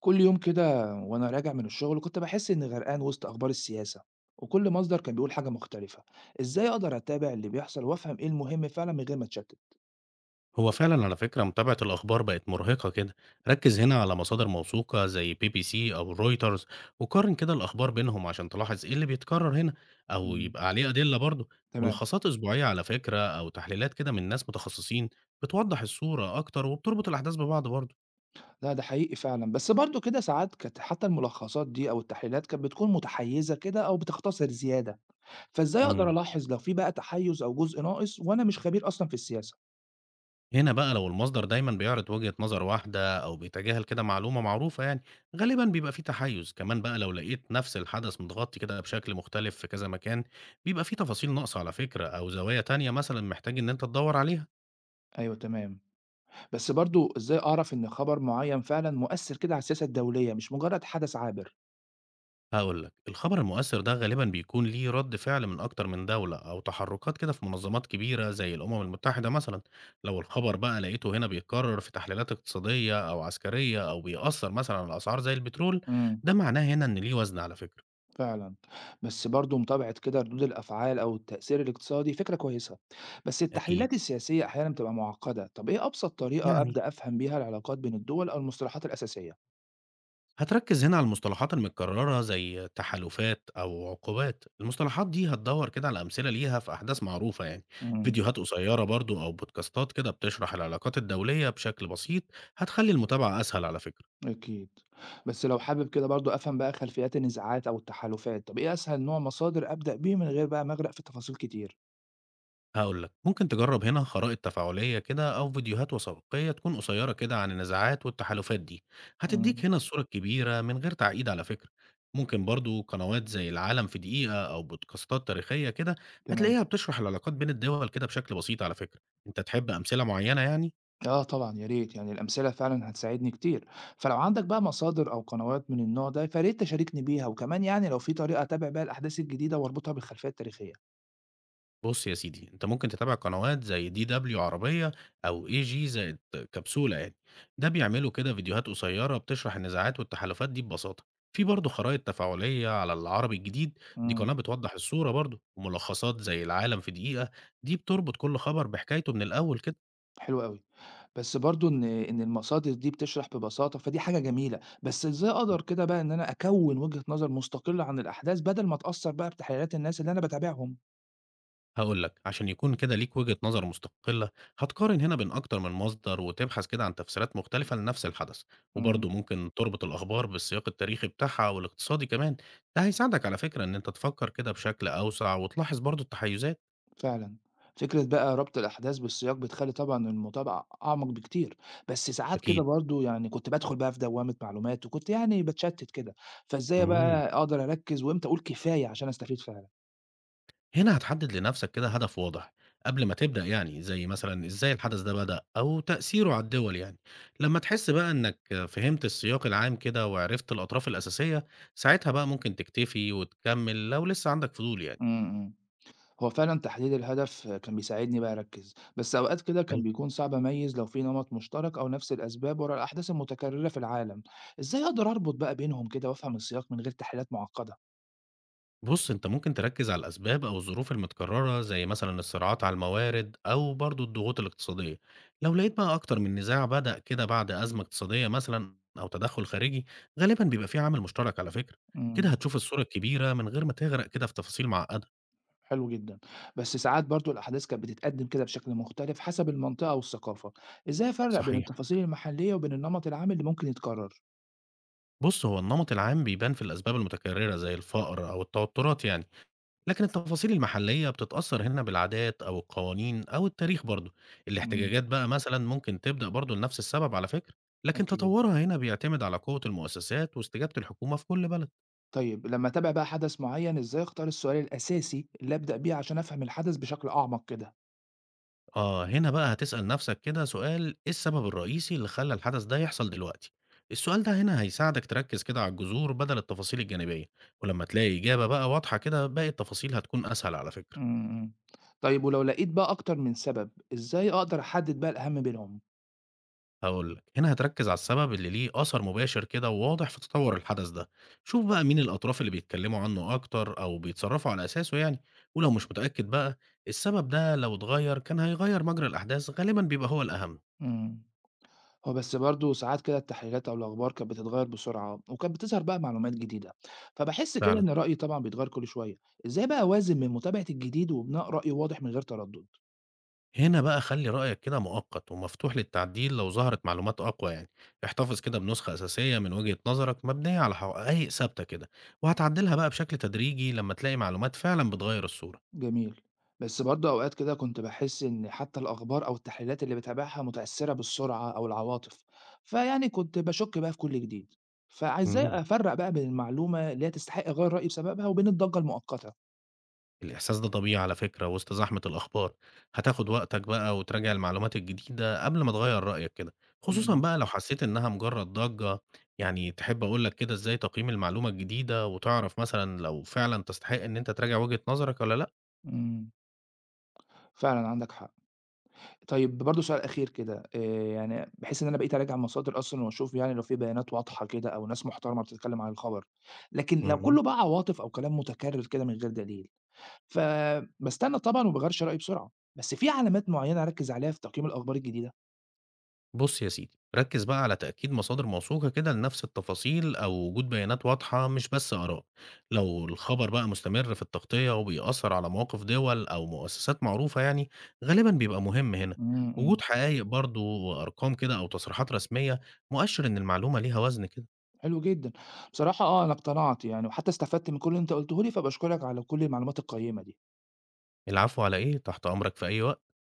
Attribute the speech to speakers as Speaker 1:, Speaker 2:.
Speaker 1: كل يوم كده وأنا راجع من الشغل كنت بحس إني غرقان وسط أخبار السياسة، وكل مصدر كان بيقول حاجة مختلفة. إزاي أقدر أتابع اللي بيحصل وأفهم إيه المهم فعلا من غير ما أتشتت؟
Speaker 2: هو فعلا على فكرة، متابعة الأخبار بقت مرهقة كده. ركز هنا على مصادر موثوقة زي بي بي سي أو رويترز، وقارن كده الأخبار بينهم عشان تلاحظ إيه اللي بيتكرر هنا أو
Speaker 1: مم.
Speaker 2: يبقى عليه أدلة برضه.
Speaker 1: تمام.
Speaker 2: ملخصات أسبوعية على فكرة أو تحليلات كده من ناس متخصصين، بتوضح الصورة أكتر وبتربط الأحداث ببعض.
Speaker 1: لا ده حقيقي فعلا، بس برضو كده ساعات كانت حتى الملخصات دي أو التحليلات كانت بتكون متحيزة كده أو بتختصر زيادة. فإزاي أقدر
Speaker 2: برضه،
Speaker 1: ألاحظ لو في بقى تحيز أو جزء ناقص وأنا مش خبير أصلا في السياسة؟
Speaker 2: هنا بقى لو المصدر دايما بيعرض وجهة نظر واحدة أو بيتجاهل كده معلومة معروفة يعني، غالبا بيبقى فيه تحيز. كمان بقى لو لقيت نفس الحدث متغطي كده بشكل مختلف في كذا مكان، بيبقى فيه تفاصيل ناقصة على فكرة أو زوايا تانية مثلا محتاج إن أنت تدور عليها.
Speaker 1: ايوه تمام. بس برضو ازاي اعرف ان خبر معين فعلا مؤثر كده على السياسه الدوليه مش مجرد حدث عابر؟
Speaker 2: هقولك، الخبر المؤثر ده غالبا بيكون ليه رد فعل من أكتر من دولة أو تحركات كده في منظمات كبيرة زي الأمم المتحدة مثلا. لو الخبر بقى لقيته هنا بيتكرر في تحليلات اقتصادية أو عسكرية أو بيأثر مثلا على الأسعار زي البترول،
Speaker 1: امم.
Speaker 2: ده معناه هنا إن ليه وزن على فكرة.
Speaker 1: فعلًا، بس برضه متابعة كده ردود الأفعال أو التأثير الاقتصادي فكرة كويسة، بس
Speaker 2: أكيد.
Speaker 1: التحليلات السياسية أحيانًا بتبقى معقدة، طب إيه أبسط طريقة
Speaker 2: يعني
Speaker 1: أبدأ أفهم بيها العلاقات بين الدول أو المصطلحات الأساسية؟
Speaker 2: هتركّز هنا على المصطلحات المتكرّرة زي تحالفات أو عقوبات، المصطلحات دي هتدوّر كده على أمثلة ليها في أحداث معروفة يعني.
Speaker 1: إمم.
Speaker 2: فيديوهات قصيّرة برضه أو بودكاستات كده بتشرح العلاقات الدولية بشكل بسيط، هتخلّي المتابعة أسهل على فكرة.
Speaker 1: أكيد، بس لو حابب كده برضه أفهم بقى خلفيات النزاعات أو التحالفات، طب إيه أسهل نوع مصادر أبدأ بيه من غير بقى ما أغرق في تفاصيل كتير؟
Speaker 2: هاقول لك، ممكن تجرّب هنا خرائط تفاعلية كده أو فيديوهات وثائقية تكون قصيرة كده عن النزاعات والتحالفات دي،
Speaker 1: إمم.
Speaker 2: هتدّيك هنا الصورة الكبيرة من غير تعقيد على فكرة. ممكن برضه قنوات زي العالم في دقيقة أو بودكاستات تاريخية كده،
Speaker 1: تمام.
Speaker 2: هتلاقيها بتشرح العلاقات بين الدول كده بشكل بسيط على فكرة. أنت تحب أمثلة معينة يعني؟
Speaker 1: آه طبعًا يا ريت، يعني الأمثلة فعلًا هتساعدني كتير، فلو عندك بقى مصادر أو قنوات من النوع ده فياريت تشاركني بيها، وكمان يعني لو في طريقة أتابع بيها الأحداث الجديدة وأربطها بالخلفية التاريخية.
Speaker 2: بُص يا سيدي، أنت ممكن تتابع قنوات زي DW عربية، أو AG زائد كبسولة يعني. ده بيعملوا كده فيديوهات قصيرة بتشرح النزاعات والتحالفات دي ببساطة. في برضه خرائط تفاعلية على العربي الجديد، دي
Speaker 1: إمم.
Speaker 2: قناة بتوضح الصورة برضه، وملخصات زي العالم في دقيقة، دي بتربط كل خبر بحكايته من الأول كده.
Speaker 1: حلو أوي، بس برضه إن المصادر دي بتشرح ببساطة فدي حاجة جميلة، بس إزاي أقدر كده بقى إن أنا أكوِّن وجهة نظر مستقلة عن الأحداث بدل ما أتأثّر بقى بتحليلات الناس اللي أنا باتابعهم؟
Speaker 2: هاقول لك، عشان يكون كده ليك وجهة نظر مستقلة، هتقارن هنا بين أكتر من مصدر وتبحث كده عن تفسيرات مختلفة لنفس الحدث،
Speaker 1: إمم.
Speaker 2: وبرضه ممكن تربط الأخبار بالسياق التاريخي بتاعها والاقتصادي كمان. ده هيساعدك على فكرة إن أنت تفكر كده بشكل أوسع وتلاحظ برضه التحيزات.
Speaker 1: فعلا. فكرة بقى ربط الأحداث بالسياق بتخلي طبعا المتابعة أعمق بكتير. بس ساعات كده
Speaker 2: أكيد.
Speaker 1: برضو يعني كنت بدخل بقى في دوامة معلومات وكنت يعني بتشتت كده. فإزاي
Speaker 2: مم.
Speaker 1: بقى أقدر أركز وإمتى أقول كفاية عشان أستفيد فعلا؟
Speaker 2: هنا هتحدد لنفسك كده هدف واضح قبل ما تبدأ، يعني زي مثلا ازاي الحدث ده بدأ أو تأثيره على الدول يعني. لما تحس بقى إنك فهمت السياق العام كده وعرفت الأطراف الأساسية، ساعتها بقى ممكن تكتفي وتكمل لو لسه عندك فضول يعني.
Speaker 1: امم امم. هو فعلا تحديد الهدف كان بيساعدني بقى أركز، بس أوقات كده كان بيكون صعب أميز لو في نمط مشترك أو نفس الأسباب ورا الأحداث المتكررة في العالم. إزاي أقدر أربط بقى بينهم كده وأفهم السياق من غير تحليلات معقدة؟
Speaker 2: بُص، أنت ممكن تركّز على الأسباب أو الظروف المتكررة، زي مثلًا الصراعات على الموارد أو برضه الضغوط الاقتصادية. لو لقيت بقى أكتر من نزاع بدأ كده بعد أزمة اقتصادية مثلًا أو تدخُّل خارجي، غالبًا بيبقى في عامل مشترك على فكرة. كده
Speaker 1: امم.
Speaker 2: هتشوف الصورة الكبيرة من غير ما تغرق كده في تفاصيل معقدة.
Speaker 1: حلو جدًا، بس ساعات برضه الأحداث كانت بتتقدّم كده بشكل مختلف حسب المنطقة والثقافة، إزاي أفرّق بين
Speaker 2: صحيح.
Speaker 1: التفاصيل المحلية وبين النمط العام اللي ممكن يتكرر؟
Speaker 2: بُص، هو النمط العام بيبان في الأسباب المتكررة زي الفقر أو التوترات يعني. لكن التفاصيل المحلية بتتأثر هنا بالعادات أو القوانين أو التاريخ برضه.
Speaker 1: إمم.
Speaker 2: الاحتجاجات بقى مثلا ممكن تبدأ برضه لنفس السبب على فكرة، لكن
Speaker 1: أكيد.
Speaker 2: تطورها هنا بيعتمد على قوة المؤسسات واستجابة الحكومة في كل بلد.
Speaker 1: طيب لمّا أتابع بقى حدث معيّن إزاي أختار السؤال الأساسي اللي أبدأ بيه عشان أفهم الحدث بشكل أعمق كده؟
Speaker 2: آه، هنا بقى هتسأل نفسك كده سؤال: إيه السبب الرئيسي اللي خلى الحدث ده يحصل دلوقتي؟ السؤال ده هنا هيساعدك تركز كده على الجذور بدل التفاصيل الجانبية. ولما تلاقي إجابة بقى واضحة كده، باقي التفاصيل هتكون أسهل على فكرة.
Speaker 1: إمم، إمم. طيب ولو لقيت بقى أكتر من سبب، إزاي أقدر أحدد بقى الأهم بينهم؟
Speaker 2: هاقول لك، هنا هتركز على السبب اللي ليه أثر مباشر كده وواضح في تطور الحدث ده. شوف بقى مين الأطراف اللي بيتكلموا عنه أكتر أو بيتصرفوا على أساسه يعني. ولو مش متأكد بقى، السبب ده لو اتغير كان هيغير مجرى الأحداث، غالبا بيبقى هو الأهم.
Speaker 1: إمم. هو بس برضه ساعات كده التحليلات أو الأخبار كانت بتتغير بسرعة وكانت بتظهر بقى معلومات جديدة، فبحس كده
Speaker 2: فعلا،
Speaker 1: إن رأيي طبعا بيتغير كل شوية. إزاي بقى أوازن بين متابعة الجديد وبناء رأي واضح من غير تردد؟
Speaker 2: هنا بقى خلي رأيك كده مؤقت ومفتوح للتعديل لو ظهرت معلومات أقوى يعني. احتفظ كده بنسخة أساسية من وجهة نظرك مبنية على حقائق ثابتة كده، وهتعدلها بقى بشكل تدريجي لما تلاقي معلومات فعلا بتغير الصورة.
Speaker 1: جميل. بس برضه أوقات كده كنت بحس إن حتى الأخبار أو التحليلات اللي بتابعها متأثرة بالسرعة أو العواطف، فيعني كنت بشك بقى في كل جديد. فإزاي
Speaker 2: مم.
Speaker 1: أفرق بقى بين المعلومة اللي هي تستحق أغير رأيي بسببها وبين الضجة المؤقتة؟
Speaker 2: الإحساس ده طبيعي على فكرة وسط زحمة الأخبار. هتاخد وقتك بقى وتراجع المعلومات الجديدة قبل ما تغير رأيك كده، خصوصا بقى لو حسيت إنها مجرد ضجة. يعني تحب أقولك كده إزاي تقييم المعلومة الجديدة وتعرف مثلا لو فعلا تستحق إن أنت تراجع وجهة نظرك ولا
Speaker 1: امم. فعلا عندك حق. طيب برضه سؤال أخير كده، يعني بحيث إن أنا بقيت أراجع المصادر أصلًا وأشوف يعني لو في بيانات واضحة كده أو ناس محترمة بتتكلم عن الخبر، لكن لو
Speaker 2: لأ؟
Speaker 1: كلّه بقى عواطف أو كلام متكرر كده من غير دليل، فباستنى طبعًا وما باغيّرش رأيي بسرعة، بس في علامات معيّنة أركّز عليها في تقييم الأخبار الجديدة؟
Speaker 2: بُص يا سيدي، ركّز بقى على تأكيد مصادر موثوقة كده لنفس التفاصيل أو وجود بيانات واضحة مش بس آراء. لو الخبر بقى مستمر في التغطية وبيأثّر على مواقف دول أو مؤسسات معروفة يعني، غالبًا بيبقى مهم هنا.
Speaker 1: إمم، إمم.
Speaker 2: وجود حقايق برضه وأرقام كده أو تصريحات رسمية، مؤشّر إن المعلومة ليها وزن كده.
Speaker 1: حلو جدًا، بصراحة آه أنا اقتنعت يعني وحتى استفدت من كل اللي أنت قُلته لي، فباشكرك على كل المعلومات القيّمة دي.
Speaker 2: العفو على إيه، تحت أمرك في أي وقت.